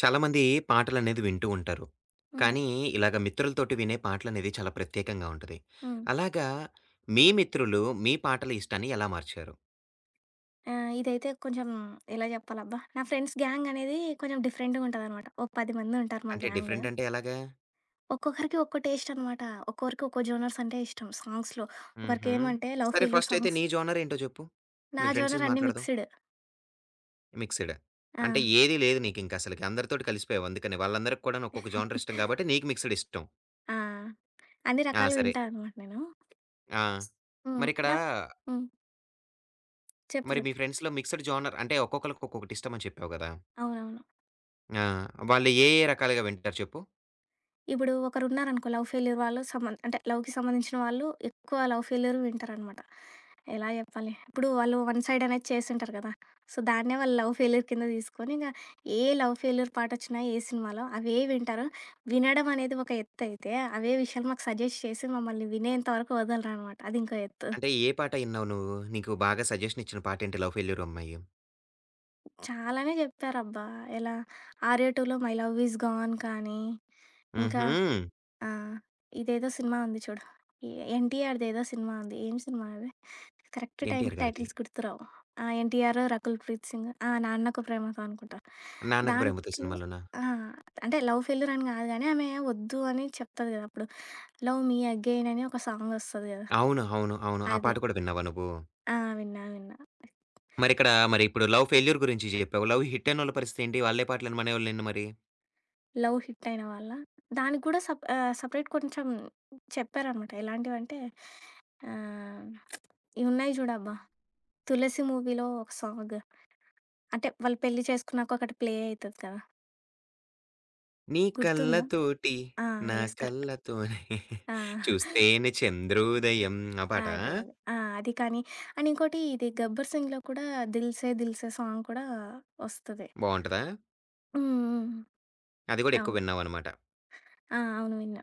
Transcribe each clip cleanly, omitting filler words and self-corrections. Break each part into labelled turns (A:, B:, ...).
A: చాలామంది పాటలనేది వింటూ ఉంటారు.
B: హ్మ్.
A: కానీ, ఇలాగ మిత్రులతోటి వినే పాటలనేది చాలా ప్రత్యేకంగా ఉంటది.
B: హ్మ్.
A: అలాగా మీ మిత్రులు మీ పాటల ఇష్టాన్ని ఎలా మార్చారు?
B: ఆ! ఇదైతే కొంచెం ఎలా చెప్పాలబ్బా! నా ఫ్రెండ్స్ గ్యాంగ్ అనేది కొంచెం డిఫరెంట్‌గా ఉంటదనమాట. ఓ 10 మంది ఉంటారు మా
A: అంటే
B: గ్యాంగ్.
A: డిఫరెంట్ అంటే ఎలాగా?
B: ఒక్కొక్కరికి ఒక్కో టేస్ట్ అనమాట. ఒక్కొక్కరికి ఒక్కో జోనర్స్ అంటే ఇష్టం సాంగ్స్‌లో.
A: హుహు.
B: ఒకరికేమంటే లవ్
A: సరే
B: ఫెయిల్యూర్
A: ఫస్ట్ అయితే
B: సాంగ్స్.
A: నీ జోనర్ ఏంటో చెప్పు?
B: నా
A: మీ
B: జోనర్
A: ఫ్రెండ్స్‌ది
B: అన్నీ
A: మాట్లాడదాం.
B: మిక్స్‌డ్.
A: మిక్స్‌డ్.
B: ఆ!
A: అంటే ఏది లేదు నీకింక అసలకి. అందరితోటి కలిసిపోయావు అందుకని. వాళ్ళందరికి కూడాను ఒక్కొక్క జోనర్ ఇష్టం కాబట్టి నీకు మిక్స్‌డ్ ఇష్టం.
B: ఆ! అన్ని
A: ఆ!
B: రకాలు
A: సరే.
B: వింటా అనమాట నేను.
A: ఆ!
B: హ్మ్.
A: మరిక్కడ
B: నా హ్మ్. చెప్పు
A: మరి మీ
B: చెప్పు.
A: ఫ్రెండ్స్‌లో మిక్స్‌డ్ జోనర్ అంటే ఒక్కొక్కళ్ళకి ఒక్కొక్కటి ఇష్టమని చెప్పావు గదా!
B: అవునవును.
A: ఆ! వాళ్ళు ఏ ఏ రకాలుగా వింటారు చెప్పు?
B: ఇప్పుడు ఒకరున్నారనుకో లవ్ ఫెయిల్యూర్ వాళ్ళు సంబంధ అంటే లవ్‌కి సంబంధించిన వాళ్ళు ఎక్కువ లవ్ ఫెయిల్యూర్ వింటారనమాట. ఎలా చెప్పాలి? ఇప్పుడు వాళ్ళు వన్ సైడ్ అనేది చేసుంటారు కదా! సో, దాన్నే వాళ్ళు లవ్ ఫెయిల్యూర్ కింద తీసుకొని ఇంగ ఏ లవ్ ఫెయిల్యూర్ పాటొచ్చినా ఏ సినిమాలో అవే వింటారు. వినడం అనేది ఒక ఎత్తయితే, అవే విషయాలు మాకు సజెస్ట్ చేసి మమ్మల్ని వినేంత వరకు వదలరనమాట. అది ఇంకో ఎత్తు.
A: అంటే ఏ పాట ఇన్నావు నువ్వు? నీకు బాగా సజెషన్ ఇచ్చిన పాటేంటి 'లవ్ ఫెయిల్యూర్ అమ్మాయి'?
B: చాలానే చెప్పారబ్బా! ఎలా 'ఆర్య 2లో' 'మై లవ్ ఈజ్ గాన్' కానీ, ఇంకా
A: హుహు.
B: ఆ! ఇదేదో సినిమా ఉంది చూడు. ఎ 'ఎన్టీఆర్‌దేదో' సినిమా ఉంది. ఏం సినిమా అది? కరెక్ట్ టైంకి
A: 'ఎన్టీఆర్' గారిది.
B: టైటిల్స్ గుర్తురావు. ఆ! 'ఎన్టీఆర్', 'రకుల్ ప్రీత్ సింగ్' ఆ! 'నాన్నకు ప్రేమతో' అనుకుంటా.
A: 'నాన్నకు ప్రేమతో'
B: దాంట్లో
A: సినిమాలోనా?
B: ఆ! అంటే లవ్ ఫెయిల్యూర్ అని కాదు గానీ, ఆమె వద్దు అని చెప్తది కదా! అప్పుడు 'లవ్ మీ అగైన్' అని ఒక సాంగ్ వస్తది కదా!
A: అవును. అవును. అవును. ఆ
B: అది.
A: పాట కూడా విన్నావా నువ్వు?
B: ఆ! విన్నా. విన్నా.
A: మరిక్కడ మరి ఇప్పుడు 'లవ్ ఫెయిల్యూర్' గురించి చెప్పావు. లవ్ హిట్ అయినోళ్ళ పరిస్థితి ఏంటి? వాళ్ళే పాటలు వినమనేవాళ్ళేంటి మరి?
B: లవ్ హిట్ అయిన వాళ్ళ. దానికి కూడా సెపరేట్ కొంచెం చెప్పారనమాట. ఎలాంటివంటే ఆహ్, ఇవున్నాయి చూడబ్బా! 'తులసి' మూవీలో ఒక సాంగ్. అంటే వాళ్ళు పెళ్లి చేసుకున్నాక ఒకటి ప్లే అయితది కదా!
A: నీ
B: గుర్తుందా?
A: కళ్ళతోటి
B: ఆ!
A: నా
B: యెస్. కరెక్ట్.
A: కళ్ళతోనే
B: ఆ!
A: చూస్తేనే చంద్రోదయం ఆ పాట
B: అదే. అదే. ఆ! అది కానీ అండ్ ఇంకోటి ఇది 'గబ్బర్ సింగ్'లో కూడా 'దిల్సే దిల్సే' సాంగ్ కూడా వస్తది.
A: బావుంటదా?
B: హ్మ్. హ్మ్.
A: అది కూడా ఎక్కువ
B: అవును.
A: విన్నావనమాట.
B: ఆ! అవును విన్నా.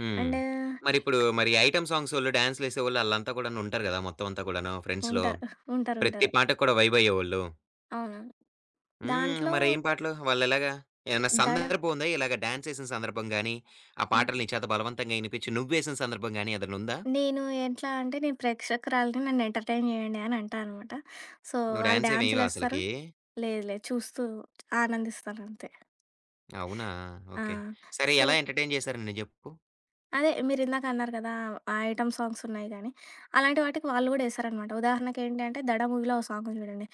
A: హ్మ్.
B: అండ్
A: మరిప్పుడు మరి ఐటెమ్ సాంగ్సోళ్ళు, డాన్స్‌లేసేవోళ్ళు ఆళ్ళంతా కూడాను ఉంటారు గదా! మొత్తం అంతా కూడాను ఫ్రెండ్స్‌లో.
B: ఉంటారు.
A: ప్రతి
B: ఉంటారు.
A: పాటకు కూడా వైబ్ అయ్యేవోళ్ళు.
B: అవునవును.
A: హ్మ్.
B: దాంట్లో
A: మరేం పాటలు? వాళ్ళెలాగా? ఏమన్నా
B: 'దడ'
A: సందర్భం ఉందా? ఇలాగ డాన్స్ ఏసిన సందర్భం గాని, ఆ
B: హ్మ్.
A: పాటలు నీ చేత బలవంతంగా ఇనిపించి నువ్వేసిన సందర్భం గాని ఏదన్నా ఉందా?
B: నేను ఎట్లా అంటే నేను ప్రేక్షకురాలిని నన్ను ఎంటర్‌టైన్ చేయండి అని అంటా అనమాట. సో,
A: నువ్వు
B: ఆళ్ళు
A: డాన్స్ ఏమి వేయవా
B: డాన్సులేస్తారు.
A: అసలకి?
B: లేదు లేదు, చూస్తూ ఆనందిస్తానంతే.
A: అవునా?
B: ఆ!
A: ఓకే. సరే
B: సో
A: ఎలా ఎంటర్‌టైన్ చేశారు నిన్ను జెప్పు?
B: అదే మీరిందాక అన్నారు కదా! ఆ ఐటెమ్ సాంగ్స్ ఉన్నాయి గానీ, అలాంటి వాటికి వాళ్ళు గూడా యేశారనమాట. ఉదాహరణకి ఏంటి అంటే 'దడ' మూవీలో ఓ సాంగ్ ఉంది చూడండి.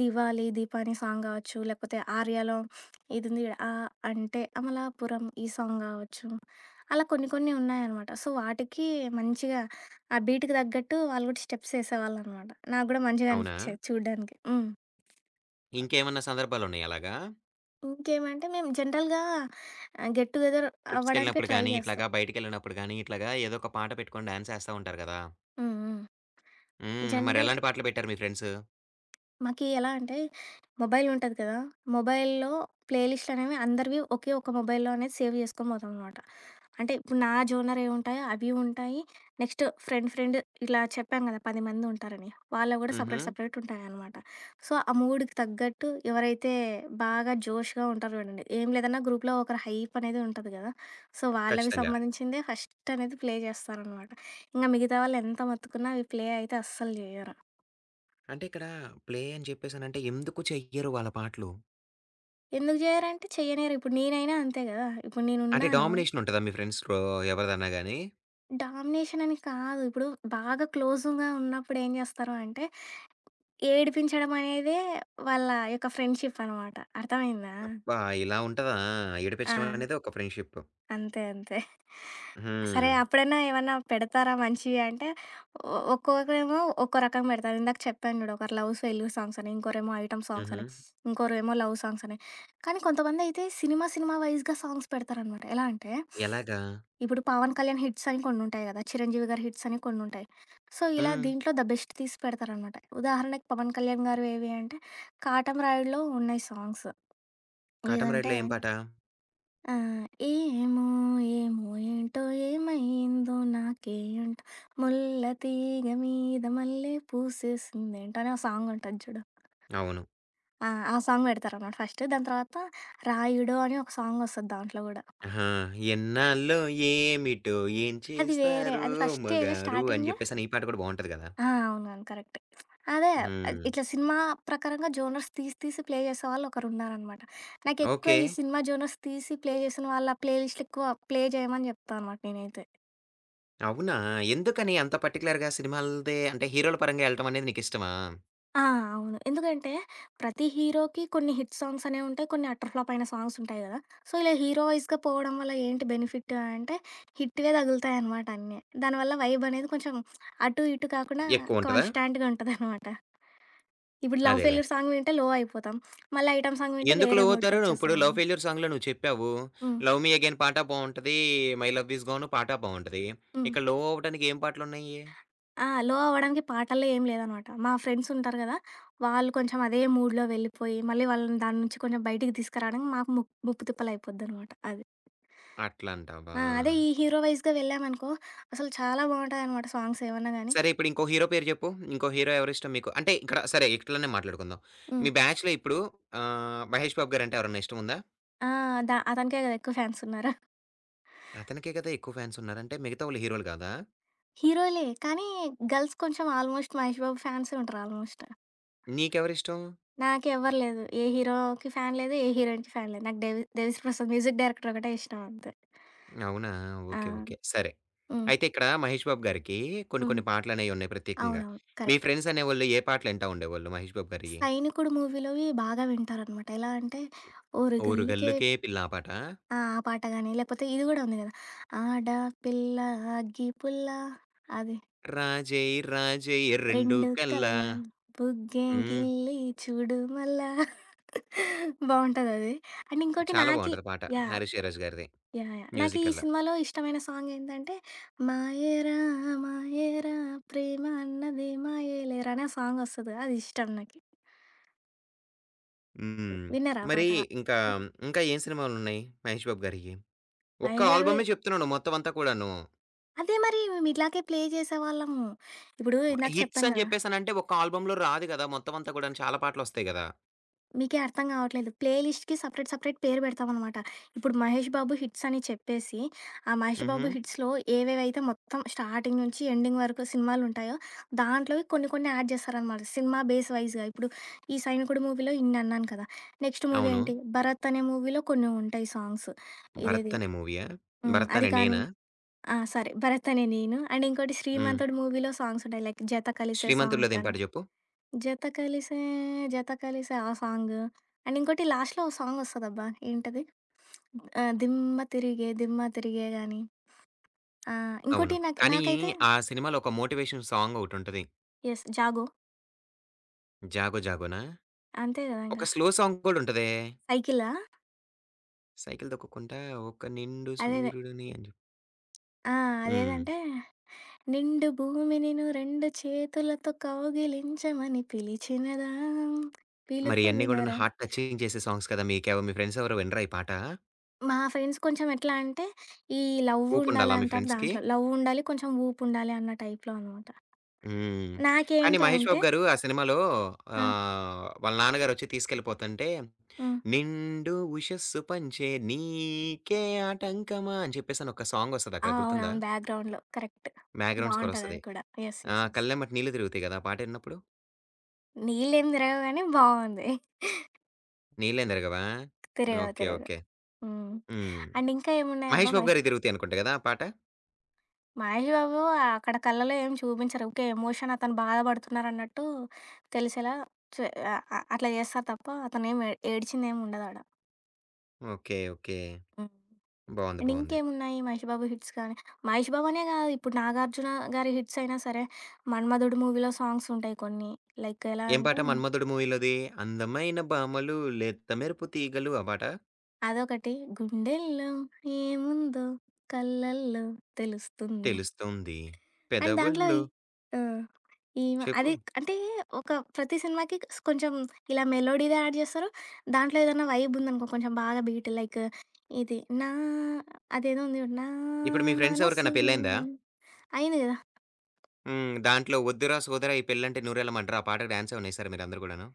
B: 'దివాళి దీపాని' సాంగ్ గావచ్చు, లేకపోతే 'ఆర్యలో' ఇది ఉంది చూడు 'ఆ అంటే అమలాపురం' ఈ సాంగ్ గావచ్చు. అలా కొన్ని కొన్ని ఉన్నాయనమాట. సో, వాటికి మంచిగా ఆ బీట్‌కి తగ్గట్టు వాళ్ళు గూడా స్టెప్స్ యేసేవాళ్ళనమాట. నాకు గూడా మంచిగా
A: అవునా?
B: అనిపిచ్చేది చూడ్డానికి. హ్మ్.
A: ఇంకేమన్నా సందర్భాలున్నాయా అలాగా?
B: ఇంకేమంటే మేము జనరల్‌గా గెట్ టుగెదర్ అవ్వడానికే
A: ట్రిప్స్‌కెళ్ళినప్పుడు
B: ట్రై
A: గాని,
B: చేస్తాం.
A: ఇట్లాగా బయటికెళ్ళినప్పుడు గాని, ఇట్లాగా ఏదో ఒక పాట పెట్టుకొని డాన్స్ ఏస్తా ఉంటారు గదా!
B: హ్మ్. హ్మ్.
A: హ్మ్.
B: జనరల్‌గా
A: మరెలాంటి పాటలు పెట్టారు మీ ఫ్రెండ్స్?
B: మాకి ఎలా అంటే మొబైల్ ఉంటది కదా! మొబైల్‌లో ప్లే లిస్ట్‌లు అనేవి అందరివి ఒకే ఒక మొబైల్‌లో అనేది సేవ్ చేసుకొని పోతాం అనమాట. అంటే ఇప్పుడు నా జోనర్ ఏవుంటాయో అవి ఉంటాయి. నెక్స్ట్ ఫ్రెండ్ ఫ్రెండ్ ఇలా చెప్పాను కదా! 10 మంది ఉంటారని. వాళ్ళవి కూడా
A: హుహు.
B: సెపరేట్ సెపరేట్ ఉంటాయనమాట. సో, ఆ మూడ్‌కి తగ్గట్టు ఎవరైతే బాగా జోష్‌గా ఉంటారో చూడండి. ఏం లేదన్నా గ్రూప్‌లో ఒకరి హైప్ అనేది ఉంటది కదా! సో, వాళ్ళవి
A: ఖచ్చితంగా.
B: సంబంధించిందే ఫస్ట్ అనేది ప్లే చేస్తారనమాట. ఇంక మిగతా వాళ్ళు ఎంత మత్తుకున్నా అవి ప్లే అయితే అస్సలు చేయరు.
A: అంటే ఇక్కడ ప్లే అని చెప్పేసనంటే ఎందుకు చెయ్యరు వాళ్ళ పాటలు?
B: ఎందుకు జేయరంటే చెయ్యనేరు. ఇప్పుడు నేనైనా అంతే గదా! ఇప్పుడు
A: అంటే
B: నేనున్నాను.
A: డామినేషన్ ఉంటదా మీ ఫ్రెండ్స్‌లో ఎవరిదన్నా గాని?
B: డామినేషన్ అని కాదు. ఇప్పుడు బాగా క్లోజుగా ఉన్నప్పుడు ఏం జేస్తారు అంటే, ఏడిపించడం అనేదే వాళ్ళ యొక్క ఫ్రెండ్‌షిప్ అనమాట. అర్థమైందా?
A: అబ్బా! ఇలా ఉంటదా?
B: ఆ!
A: ఏడిపించడం అనేది ఒక ఫ్రెండ్‌షిప్.
B: అంతే. అంతే. సరే
A: హ్మ్.
B: అప్పుడన్నా ఏమన్నా పెడతారా మంచియి అంటే, ఒక్కొక్కరేమో ఒక్కో రకం బెడతారు. ఇందాక చెప్పాను జూడు ఒకరు లవ్ ఫెయిల్యూర్ సాంగ్స్ అని, ఇంకోరేమో ఐటెమ్ సాంగ్స్
A: హుహు.
B: అని, ఇంకోరేమో లవ్ సాంగ్స్ అని. కానీ కొంతమందయితే సినిమా, సినిమా వైస్‌గా సాంగ్స్ పెడతారనమాట. ఎలా అంటే
A: ఎలాగా?
B: ఇప్పుడు 'పవన్ కళ్యాణ్' హిట్స్ అని కొన్నుంటాయి గదా! 'చిరంజీవి' గారి హిట్స్ అని కొన్నుంటాయి. సో, ఇలా
A: హ్మ్.
B: దీంట్లో ద బెస్ట్ తీసి పెడతారనమాట. ఉదాహరణకి 'పవన్ కళ్యాణ్' గారివి ఏవి అంటే 'కాటమరాయుడులో' ఉన్నాయి సాంగ్స్. ఏదంటే
A: 'కాటమరాయుడులో' ఏం పాట?
B: ఆ! ఏమో ఏమో ఏంటో ఏమైందో నాకేంట ముల్ల తీగ మీద మల్లె పూసేసిందేంటో అని ఓ సాంగుంటది చూడు.
A: అవును.
B: ఆ! ఆ సాంగ్ పెడతారనమాట ఫస్ట్. దాని తర్వాత 'రాయుడో' అని ఒక సాంగొస్తది దాంట్లో గూడా.
A: ఆహా! ఎన్నాళ్ళో ఏమిటో ఏం
B: అది వేరే.
A: చేస్తారు
B: అది ఫస్ట్ ఏలో
A: మగారు అని
B: స్టార్టింగ్
A: చెప్పేసని ఈ పాట కూడా బావుంటది గదా!
B: ఆ! అవునవును. కరెక్టే. అదే
A: హ్మ్.
B: ఇట్లా సినిమా ప్రకారంగా జోనర్స్ తీసి తీసి ప్లే చేసేవాళ్ళు ఒకరున్నారనమాట. నాకెక్కువ
A: ఓకే.
B: ఈ సినిమా జోనర్స్ తీసి ప్లే చేసిన వాళ్ళ ప్లే లిస్ట్‌లు ఎక్కువ ప్లే చేయమని చెప్తా అనమాట నేనైతే.
A: అవునా? ఎందుకని అంత పర్టిక్యులర్‌గా సినిమాలదే అంటే హీరోల పరంగా ఎళ్ళటం అనేది నీకిష్టమా?
B: ఆ! అవును. ఎందుకంటే ప్రతి హీరోకి కొన్ని హిట్ సాంగ్స్ అనేవి ఉంటాయి. కొన్ని అటర్ ఫ్లాప్ అయిన సాంగ్స్ ఉంటాయి కదా! సో, ఇలా హీరో వైస్‌గా పోవడం వల్ల ఏంటి బెనిఫిట్ అంటే హిట్‌వే తగులుతాయనమాట అన్నీ. దానివల్ల వైబ్ అనేది కొంచెం అటు ఇటు కాకుండా
A: ఎక్కువుంటదా?
B: కాన్‌స్టాంట్‌గా ఉంటదనమాట. ఇప్పుడు 'లవ్
A: అదేలే.
B: ఫెయిల్యూర్' సాంగ్ వింటే లో అయిపోతాం. మళ్ళీ ఐటెమ్ సాంగ్ వింటే
A: ఎందుకు
B: వేరే
A: లవ్ అవుతారు? నువ్వు ఇప్పుడు
B: మూడ్‌కొచ్చేస్తాం కదా!
A: 'లవ్ ఫెయిల్యూర్' సాంగ్‌లో నువ్వు చెప్పావు.
B: హ్మ్.
A: 'లవ్ మీ అగైన్' పాట బావుంటది. 'మై లవ్ ఈజ్ గోను' పాట బావుంటది.
B: హ్మ్.
A: ఇక్కడ లవ్ అవ్వటానికి ఏం పాటలున్నాయి?
B: ఆ! లో అవ్వడానికి పాటల్లో ఏం లేదనమాట. మా ఫ్రెండ్స్ ఉంటారు కదా! వాళ్ళు కొంచెం అదే మూడ్‌లో వెళ్ళిపోయి, మళ్ళీ వాళ్ళని దాని నుంచి కొంచెం బయటికి తీసుకురావడానికి మాకు ముప్పు తిప్పలయిపోద్దనమాట అది.
A: అట్లంటావా?
B: అదే ఈ హీరో వైస్‌గా వెళ్ళామనుకో, అసలు చాలా బావుంటాయనమాట సాంగ్స్ ఏవన్నా గానీ.
A: సరే ఇప్పుడు ఇంకో హీరో పేరు చెప్పు. ఇంకో హీరో ఎవరిష్టం మీకు? అంటే ఇక్కడ సరే ఇట్లనే మాట్లాడుకుందాం.
B: హ్మ్.
A: మీ బ్యాచ్‌లో ఇప్పుడు 'మహేష్ బాబు' గారంటే ఎవరన్నా ఇష్టముందా?
B: ఆ! ద అతనికే కదా ఎక్కువ ఫ్యాన్స్ ఉన్నారు.
A: అతనికే కదా ఎక్కువ ఫ్యాన్స్ ఉన్నారంటే మిగతా వాళ్ళు హీరోలు కాదా?
B: హీరోలే కానీ గర్ల్స్ కొంచెం ఆల్మోస్ట్ మహేష్ బాబు ఫ్యాన్సే ఉంటారు ఆల్మోస్ట్.
A: నీకెవరిష్టం?
B: నాకెవ్వరు లేదు. ఏ హీరోకి ఫ్యాన్ లేదు. ఏ హీరోయిన్‌కి ఫ్యాన్ లేదు. నాకు 'దేవిశ్రీ ప్రసాద్' మ్యూజిక్ డైరెక్టర్ ఒకటే ఇష్టం అంతే.
A: అవునా!
B: ఆ!
A: ఓకే. ఓకే. సరే.
B: హ్మ్.
A: అయితే ఇక్కడ 'మహేష్ బాబు' గారికి కొన్ని
B: హ్మ్.
A: కొన్ని పాటలనేయి ఉన్నాయి ప్రత్యేకంగా.
B: అవునవును.
A: మీ
B: కరెక్టే.
A: ఫ్రెండ్స్ అనేవోళ్ళు ఏ పాటలింటా ఉండేవోళ్ళు 'మహేష్ బాబు' గారియి?
B: 'సైనికుడు' మూవీలోవి బాగా వింటారనమాట. ఎలా అంటే ఓరి
A: 'ఓరు
B: గల్లికే
A: గల్లుకే పిల్ల' ఆ పాట.
B: ఆ! ఆ పాట గాని, లేకపోతే ఇది గూడా ఉంది గదా! ఆడ పిల్ల అగ్గి పుల్ల అది.
A: 'రాజేయ్ రాజేయ్ రెండు
B: రెండు
A: కళ్ళ'
B: కళ్ళ బుగ్గే
A: హ్మ్.
B: గిల్లి చూడు మల్ల బావుంటదది. అండ్ ఇంకోటి
A: చాలా
B: నాకి
A: బావుంటది పాట.
B: యాహ్!
A: 'హరీష్ జయరాజ్' గారిది
B: యాహ్! యాహ్! నాకు ఈ
A: మ్యూజికల్ల.
B: సినిమాలో ఇష్టమైన సాంగ్ ఏంటంటే, 'మాయరా 'మాయరా ప్రేమ అన్నది మాయలేరా' అనే సాంగ్ వస్తది. అది ఇష్టం నాకి.
A: హ్మ్.
B: విన్నారా ఆ
A: మరి
B: పాట?
A: ఇంకా,
B: హ్మ్.
A: ఇంకా ఏం సినిమాలున్నాయి 'మహేష్ బాబు' గారియి? ఒక్క
B: మహేష్ గారివే.
A: ఆల్బమే చెప్తున్నాను మొత్తం అంతా కూడాను.
B: అదే మరి మేము ఇలాగే ప్లే చేసేవాళ్ళము. ఇప్పుడు ఇందాక
A: హిట్స్
B: చెప్పాను
A: అని
B: కదా!
A: చెప్పేసనంటే ఒక్క ఆల్బమ్‌లో రాదు గదా! మొత్తం అంతా కూడాను చాలా పాటలొస్తాయి గదా!
B: మీకే అర్థం కావట్లేదు. ప్లే లిస్ట్‌కి సెపరేట్ సెపరేట్ పేరు పెడతామనమాట. ఇప్పుడు 'మహేష్ బాబు హిట్స్' అని చెప్పేసి, ఆ 'మహేష్
A: హుహు.
B: బాబు హిట్స్‌లో' ఏవేవైతే మొత్తం స్టార్టింగ్ నుంచి ఎండింగ్ వరకు సినిమాలుంటాయో, దాంట్లోవి కొన్ని కొన్ని యాడ్ చేస్తారనమాట. సినిమా బేస్ వైస్‌గా. ఇప్పుడు ఈ 'సైనికుడు' మూవీలో ఇన్నన్నాను కదా! నెక్స్ట్ మూవీ
A: అవును.
B: ఏంటి 'భరత్' అనే మూవీలో కొన్ని ఉంటాయి సాంగ్స్.
A: 'భరత్'
B: ఇదేది
A: అనే మూవీయా?
B: హ్మ్.
A: 'భరత్'
B: అది
A: అనే
B: కానీ
A: నేనా?
B: ఆ! సరే 'భరత్ అనే నేను' అండ్ ఇంకోటి
A: హ్మ్.
B: 'శ్రీమంతుడు' మూవీలో సాంగ్స్ ఉంటాయి. లైక్ 'జత కలిసే' సాంగ్
A: 'శ్రీమంతుడిలోదేం
B: కానీ
A: పాట' చెప్పు.
B: జత కలిసే, 'జత కలిసే' ఆ సాంగు. అండ్ ఇంకోటి లాస్ట్‌లో ఓ సాంగ్ వస్తదబ్బా! ఏంటది? 'దిమ్మ తిరిగే దిమ్మ తిరిగే' గాని, ఆహ్,
A: అవును.
B: ఇంకోటి నాకు
A: కానీ
B: నాకైతే
A: ఆ సినిమాలో ఒక మోటివేషన్ సాంగ్ ఒకటుంటది.
B: యెస్ 'జాగో'
A: 'జాగో జాగోనా?'
B: అంతే కదా! ఇంగ.
A: ఒక స్లో సాంగ్ కూడా ఉంటదే.
B: 'సైకిలా'
A: సైకిల్ తొక్కుకుంటా ఒక నిండు
B: అదేదే.
A: సూర్యుడిని అని చెప్పి.
B: ఆ!
A: హ్మ్.
B: అదేదంటే, నిండు భూమినిను రెండు చేతులతో కౌగిలించమని పిలిచినదా
A: మరి
B: పిలుపు
A: ఇయన్నీ గూడాను
B: వినరా
A: హార్ట్ టచింగ్ చేసే సాంగ్స్ కదా! మీకెవ మీ ఫ్రెండ్స్ ఎవరు వినరా ఈ పాట?
B: మా ఫ్రెండ్స్ కొంచెం ఎట్లా అంటే, ఈ లవ్
A: ఊపుండాలా మీ
B: ఉండాలంటారు
A: ఫ్రెండ్స్‌కి?
B: దాంట్లో. లవ్ ఉండాలి, కొంచెం ఊపు ఉండాలి అన్న టైప్‌లో అనమాట.
A: హ్మ్. కానీ
B: నాకేంటి
A: 'మహేష్
B: అంటే
A: బాబు' గారు ఆ సినిమాలో
B: ఆ!
A: వాళ్ళ నాన్నగారొచ్చి తీసుకెళ్ళిపోతుంటే,
B: హ్మ్.
A: నిండు ఉషస్సు పంచే నీకే ఆటంకమా అని చెప్పేసని ఒక
B: ఆ!
A: సాంగొస్తదక్కడ గుర్తుందా?
B: అవునవును. బ్యాక్‌గ్రౌండ్‌లో కరెక్ట్.
A: బ్యాక్‌గ్రౌండ్ స్కోరొస్తది.
B: బావుంటదది కూడా.
A: ఆ!
B: యెస్.
A: కళ్ళెమ్మట నీళ్ళు తిరుగుతాయి గదా! ఆ పాటిన్నప్పుడు?
B: నీళ్ళేం తిరగవు గానీ బావుంది.
A: నీళ్ళేం తిరగవా? ఓకే.
B: తిరగవు.
A: ఓకే.
B: హ్మ్.
A: హ్మ్.
B: అండ్ ఇంకా ఏమున్నాయబ్బా!
A: 'మహేష్ బాబు'
B: మహేష్
A: గారియి తిరుగుతాయి అనుకుంట గదా! ఆ పాట?
B: మహేష్ బాబు అక్కడ కళ్ళలో ఏం చూపించరు. ఊకే ఎమోషన్ అతను బాధపడుతున్నారన్నట్టు తెలిసేలా చే అ అ అట్లా చేస్తారు తప్ప అతనేం ఏడ్చిందేమి ఉండదాడ.
A: ఓకే. ఓకే.
B: హ్మ్.
A: బావుంది.
B: అండ్
A: బావుంది.
B: ఇంకేమున్నాయి మహేష్ బాబు హిట్స్ కానీ మహేష్ బాబు అనే కాదు ఇప్పుడు నాగార్జున గారి హిట్స్ అయినా సరే 'మన్మధుడు' మూవీలో సాంగ్స్ ఉంటాయి కొన్ని. లైక్ ఎలా
A: ఏం పాట
B: అంటే
A: 'మన్మధుడు' మూవీలోది? అందమైన భామలు లేత మెరుపు తీగలు ఆ పాట?
B: అదొకటి. 'గుండెల్లో ఏముందో కళ్ళల్లో తెలుస్తుంది.'
A: తెలుస్తుంది
B: అండ్ దాంట్లో ఈ
A: పెదవుల్లో
B: ఆహ్, ఈమ
A: చెప్పు.
B: అది అంటే ఒక ప్రతి సినిమాకి కొంచెం ఇలా మెలోడీదే యాడ్ చేస్తారు. దాంట్లో ఏదైనా వైబ్ ఉందనుకో కొంచెం బాగా బీట్ లైక్ ఇది నా అదేదో ఉంది చూడు. నా
A: ఇప్పుడు మీ ఫ్రెండ్స్
B: మనసు
A: ఎవరికైనా పెళ్లయిందా?
B: నేను అయింది కదా!
A: హ్మ్. దాంట్లో "వద్దురా సోదరా ఈ పెళ్ళంటే నూరెళ్ళమంటరా" ఆ పాటకి డాన్స్ ఏమన్నా ఏసారా మీరందరూ గూడాను?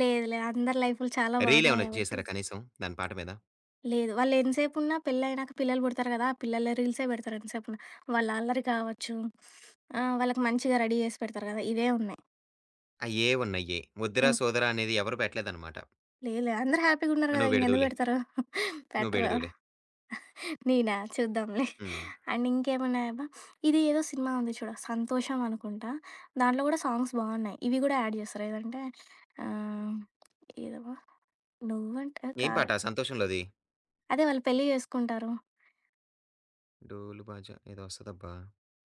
B: లేదు లేదు. అందరి లైఫ్‌లు చాలా
A: రీల్
B: బాగున్నాయి
A: ఏమన్నా
B: కాబట్టి.
A: చేసారా కనీసం దాని పాట మీద?
B: లేదు. వాళ్ళెంతసేపున్నా పెళ్లయినాక పిల్లలు పుడతారు గదా! ఆ పిల్లల రీల్సే పెడతారు ఎంతసేపున్నా. వాళ్ళ అల్లరి కావచ్చు, వాళ్ళకి మంచిగా రెడీ చేసి పెడతారు గదా! ఇవే ఉన్నాయి.
A: అయ్యే ఉన్నయ్యి. "వద్దురా
B: హ్మ్.
A: సోదరా" అనేది ఎవరు పెట్టలేదనమాట.
B: లేదులే అందరూ హ్యాపీగున్నారు గదా!
A: "నువ్వు
B: ఇంకెందుకు
A: బెడదువులే,
B: పెడతారు?
A: నువ్వు
B: పెట్టరు.
A: బెడదువులే."
B: నేనా? చూద్దాంలే.
A: హ్మ్.
B: అండ్ ఇంకేమున్నాయబ్బా! ఇది ఏదో సినిమా ఉంది చూడు 'సంతోషం' అనుకుంటా. దాంట్లో గూడా సాంగ్స్ బావున్నాయి. ఇవి గూడా యాడ్ చేస్తారు. ఏదంటే ఆహ్, ఏదబ్బా! నువ్వంటే
A: ఏం
B: కాదు.
A: పాట 'సంతోషంలో'ది?
B: అదే వాళ్ళు పెళ్లి చేసుకుంటారు.
A: డోలు బాజా ఏదో ఒస్తదబ్బా!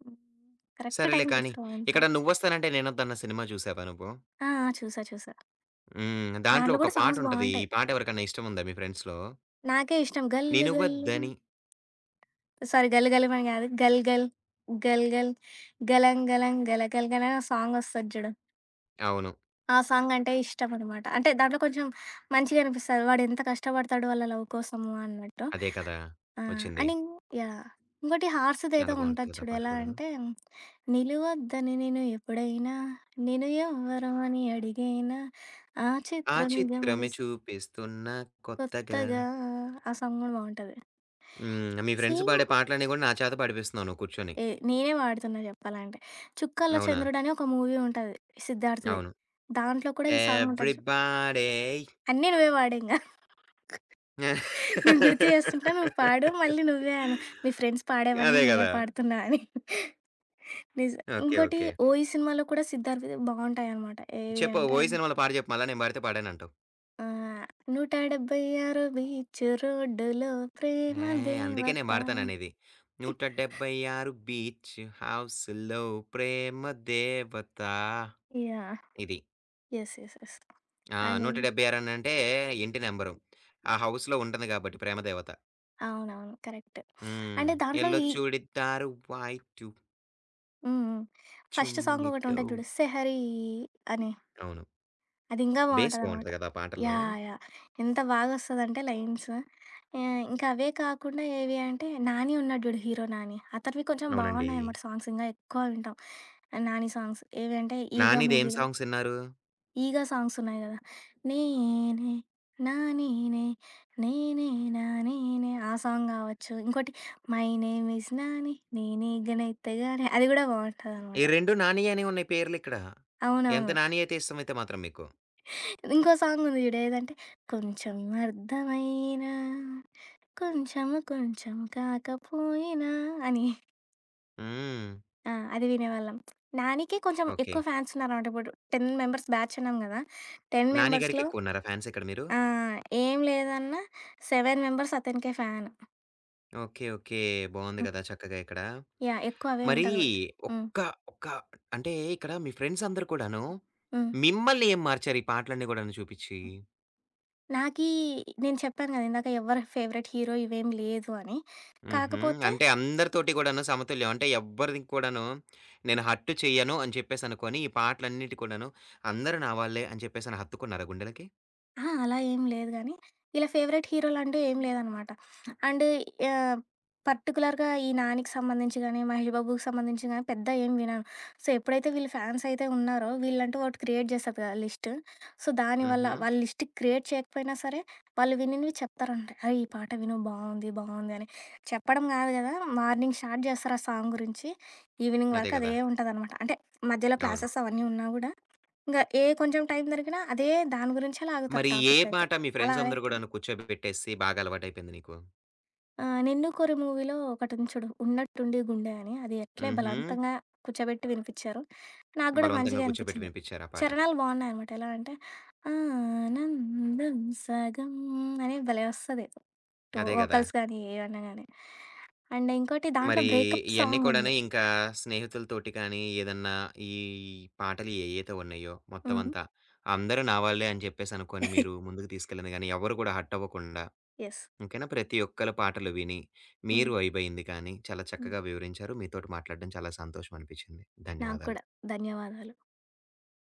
B: హ్మ్. కరెక్ట్ టైం
A: సరేలే కానీ,
B: గుర్తురావడంతో.
A: ఇక్కడ 'నువ్వొస్తానంటే నేనొద్దన్న' సినిమా చూసావా నువ్వు?
B: ఆ! ఆ! చూసా.
A: హ్మ్. దాంట్లో
B: దాంట్లో
A: ఒక
B: గూడా సాంగ్స్
A: పాటుంటది. ఈ
B: బావుంటాయి.
A: పాట ఎవరికన్నా ఇష్టముందా మీ ఫ్రెండ్స్‌లో?
B: నాకే ఇష్టం 'గల్లు
A: "నేను
B: గల్లు'
A: వద్దని"
B: సారీ 'గల్లు గల్లు' మని గాదు. 'గల్ గల్ గల్ గల్ గలం గలం గల గల్ గల' అని ఓ సాంగొస్తది జూడు.
A: అవును.
B: ఆ సాంగ్ అంటే ఇష్టమనమాట. అంటే దాంట్లో కొంచెం మంచిగనిపిస్తది. వాడెంత కష్టపడతాడు వాళ్ళ లవ్ కోసము అన్నట్టు.
A: అదే కదా!
B: ఆ!
A: వచ్చింది.
B: అండ్ ఇం యాహ్! ఇంకోటి
A: చాలా
B: హార్స్‌దేదో
A: బావుంటది
B: ఉంటది
A: కదా! ఆ
B: చూడు.
A: పాట
B: ఎలా
A: కూడాను.
B: అంటే నిలువొద్దని నేను ఎప్పుడైనా, నేను ఎవ్వరో అని అడిగైనా, ఆ
A: ఆ
B: చిత్రమే
A: చిత్రమే
B: గమనిస్
A: చూపిస్తున్నా కొత్తగా.
B: కొత్తగా ఆ సాంగ్ గూడా బావుంటది.
A: హ్మ్. మీ ఫ్రెండ్స్
B: సేమ్
A: పాడే పాటలన్నీ గూడా నా చేత పాడిపిస్తున్నావు నువ్వు కూర్చొని.
B: ఏ నేనే పాడుతున్నా చెప్పాలంటే. 'చుక్కల్లో
A: అవునా?
B: చంద్రుడు' అని ఒక మూవీ ఉంటది సిద్ధార్థ్‌ది.
A: అవును.
B: దాంట్లో కూడా ఈ సాంగ్ ఉంటది జూడు.
A: ఎవ్రీబాడీ
B: అన్నీ నువ్వే పాడింగా. నేను గుర్తు చేస్తుంటా నువ్వు పాడు మళ్ళీ నువ్వే అను. మీ ఫ్రెండ్స్ పాడేవన్నీ
A: అదే
B: నేనే
A: గదా!
B: పాడుతున్నా అని. నిజం.
A: ఓకే.
B: ఇంకోటి
A: ఓకే.
B: 'ఓయి' సినిమాలో కూడా సిద్ధార్థ్‌వి బావుంటాయనమాట. ఏవి
A: చెప్పు
B: అంటే
A: 'ఓయి' సినిమాలో పాట చెప్పు మళ్ళా నేను పాడితే పాడానంటావు.
B: ఆహ్, 176 బీచ్ రోడ్డులో ప్రేమ
A: ఏ అందుకే
B: దేవత.
A: నేను పాడతాననేది. 176 బీచ్ హౌస్‌లో ప్రేమ దేవత
B: యాహ్!
A: ఇది.
B: యెస్. యెస్. యెస్.
A: ఆ!
B: అండ్
A: 176 అనంటే ఇంటి నంబరు. ఆ హౌస్‌లో ఉంటుంది కాబట్టి ప్రేమ దేవత.
B: అవునవును. కరెక్ట్.
A: హ్మ్.
B: అంటే దాంట్లో
A: ఎల్లో
B: ఈ
A: చూడిద్దారు వైటు
B: హ్మ్. హ్మ్. ఫస్ట్ సాంగ్
A: చున్నీతో
B: ఒకటుంటది చూడు 'సెహరీ' అని.
A: అవును.
B: అది ఇంకా
A: బేస్
B: బావుంటదనమాట.
A: బావుంటది కదా! ఆ పాటల్లో.
B: యాహ్! యాహ్! ఎంత బాగొస్తదంటే లైన్స్. ఇంకా అవే కాకుండా ఏవి అంటే 'నాని' ఉన్నాడు చూడు హీరో 'నాని.' అతనివి కొంచెం
A: అవునండి.
B: బావున్నాయనమాట సాంగ్స్. ఇంకా ఎక్కువ వింటాం 'నాని' సాంగ్స్. ఏవి అంటే 'ఈగ'
A: 'నాని'ది ఏం
B: మూవీలో
A: సాంగ్స్ ఇన్నారు?
B: ఈగ సాంగ్సున్నాయి గదా! నేనే నా నేనే నేనే నా నేనే ఆ సాంగ్ గావచ్చు. ఇంకోటి మై నేమ్ ఈజ్ నాని నేనే గనైతగానే అది గూడా
A: ఈ
B: బావుంటదనమాట.
A: 2 నానియేనే ఉన్నాయి పేర్లిక్కడ.
B: అవునవును.
A: ఎంత నాని అయితే ఇష్టమైతే మాత్రం మీకు.
B: ఇంకో సాంగుంది జూడు ఏదంటే కొంచెం అర్థమైనా కొంచెము కొంచెం కాకపోయినా అని.
A: హ్మ్.
B: ఆ! అది వినేవాళ్ళం. నానికి కొంచెం
A: ఓకే.
B: ఎక్కువ ఫ్యాన్స్ ఉన్నారనమాట. ఇప్పుడు 10 మెంబర్స్ బ్యాచ్ అన్నాం గదా! 10
A: నాని
B: మెంబర్స్‌లో
A: గారికెక్కువున్నారా ఫ్యాన్స్ ఇక్కడ మీరు?
B: ఆ! ఏం లేదన్నా 7 మెంబర్స్ అతనికే ఫ్యాన్.
A: ఓకే. ఓకే. బావుంది
B: హ్మ్.
A: గదా! చక్కగా ఇక్కడ.
B: ఎక్కువ అవే
A: మరి
B: వింటారనమాట. హ్మ్.
A: ఒక్క ఒక్క అంటే ఇక్కడ మీ ఫ్రెండ్స్ అందరూ కూడాను,
B: హ్మ్.
A: మిమ్మల్ని ఏం మార్చారు ఈ పాటలన్నీ గూడాను చూపిచ్చి?
B: నాకీ నేను చెప్పాను గదా! ఇందాక ఎవ్వరి ఫేవరెట్ హీరో ఇవేం లేదు అని.
A: హుహు.
B: కాకపోతే
A: అంటే అందరితోటి గూడాను సమతుల్యం. అంటే ఎవ్వరిది కూడాను నేను హర్ట్ చెయ్యను అని చెప్పేసనుకోని ఈ పాటలన్నిటి కూడాను అందరూ నా వాళ్ళే అని చెప్పేసని హత్తుకున్నారా గుండెలకి?
B: ఆ! అలా ఏం లేదు గానీ, ఇలా ఫేవరెట్ హీరోలంటూ ఏం లేదనమాట. అండ్ ఆహ్, పర్టిక్యులర్‌గా ఈ 'నానికి' సంబంధించి గానీ, 'మహేష్ బాబుకి' సంబంధించి గానీ పెద్ద ఏం వినను. సో, ఎప్పుడైతే వీళ్ళు ఫ్యాన్స్ అయితే ఉన్నారో వీళ్ళంటూ ఒకటి క్రియేట్ చేస్తారు కదా లిస్ట్. సో, దానివల్ల
A: హుహు.
B: వాళ్ళు లిస్ట్ క్రియేట్ చేయకపోయినా సరే, వాళ్ళు వినినివి చెప్తారంట. "అరే! ఈ పాట విను బావుంది, బావుంది" అని. చెప్పడం కాదు కదా, మార్నింగ్ స్టార్ట్ చేస్తారు ఆ సాంగ్ గురించి, ఈవినింగ్
A: అదే
B: వరకు అదే
A: గదా!
B: ఉంటదనమాట. అంటే మధ్యలో
A: అవును.
B: క్లాసెస్ అవన్నీ ఉన్నా గూడా ఇంగ ఏ కొంచెం టైం దొరికినా అదే దాని గురించే లాగుతారు
A: మరి ఏ
B: టాపికయితే.
A: పాట మీ
B: అలా
A: ఫ్రెండ్స్
B: అలా
A: అందరూ
B: ఎక్కింది.
A: గూడాను కూర్చోబెట్టేసి బాగా అలవాటయిపోయింది నీకు?
B: 'నిన్ను కోరి' మూవీలో ఒకటుంది చూడు 'ఉన్నట్టుండి గుండె' అని. అది ఎట్లే
A: హుహు.
B: బలవంతంగా కూర్చోబెట్టి వినిపిచ్చారు. నాకు గూడా
A: బలవంతంగా
B: మంచిగా
A: కూర్చోబెట్టి
B: అనిపిచ్చింది.
A: వినిపిచ్చారు ఆ పాట.
B: చరణాలు బావున్నాయనమాట. ఎలా అంటే ఆనందం సగం అని భలే వస్తది. టో
A: అదే గదా!
B: వోకల్స్ గానీ, ఏవన్నా గానీ. అండ్ ఇంకోటి దాంట్లో
A: మరి
B: బ్రేకప్
A: ఇయన్నీ
B: సాంగుంది.
A: కూడాను ఇంకా స్నేహితులతోటి కానీ, ఏదన్నా ఈ పాటలు ఏయైతే ఉన్నాయో మొత్తం
B: హ్మ్.
A: అంతా, అందరూ నా వాళ్ళే అని చెప్పేసి అనుకోని మీరు ముందుకు తీసుకెళ్ళింది గానీ, ఎవరు కూడా హర్ట్ అవ్వకుండా
B: యెస్.
A: ఓకేనా? ప్రతి ఒక్కళ్ళ పాటలు విని,
B: హ్మ్.
A: మీరు వైబయింది కానీ, చాలా
B: హ్మ్.
A: చక్కగా వివరించారు. మీతోటి మాట్లాడడం చాలా సంతోషం అనిపించింది.
B: నాకు
A: ధన్యవాదాలు.
B: కూడా. ధన్యవాదాలు.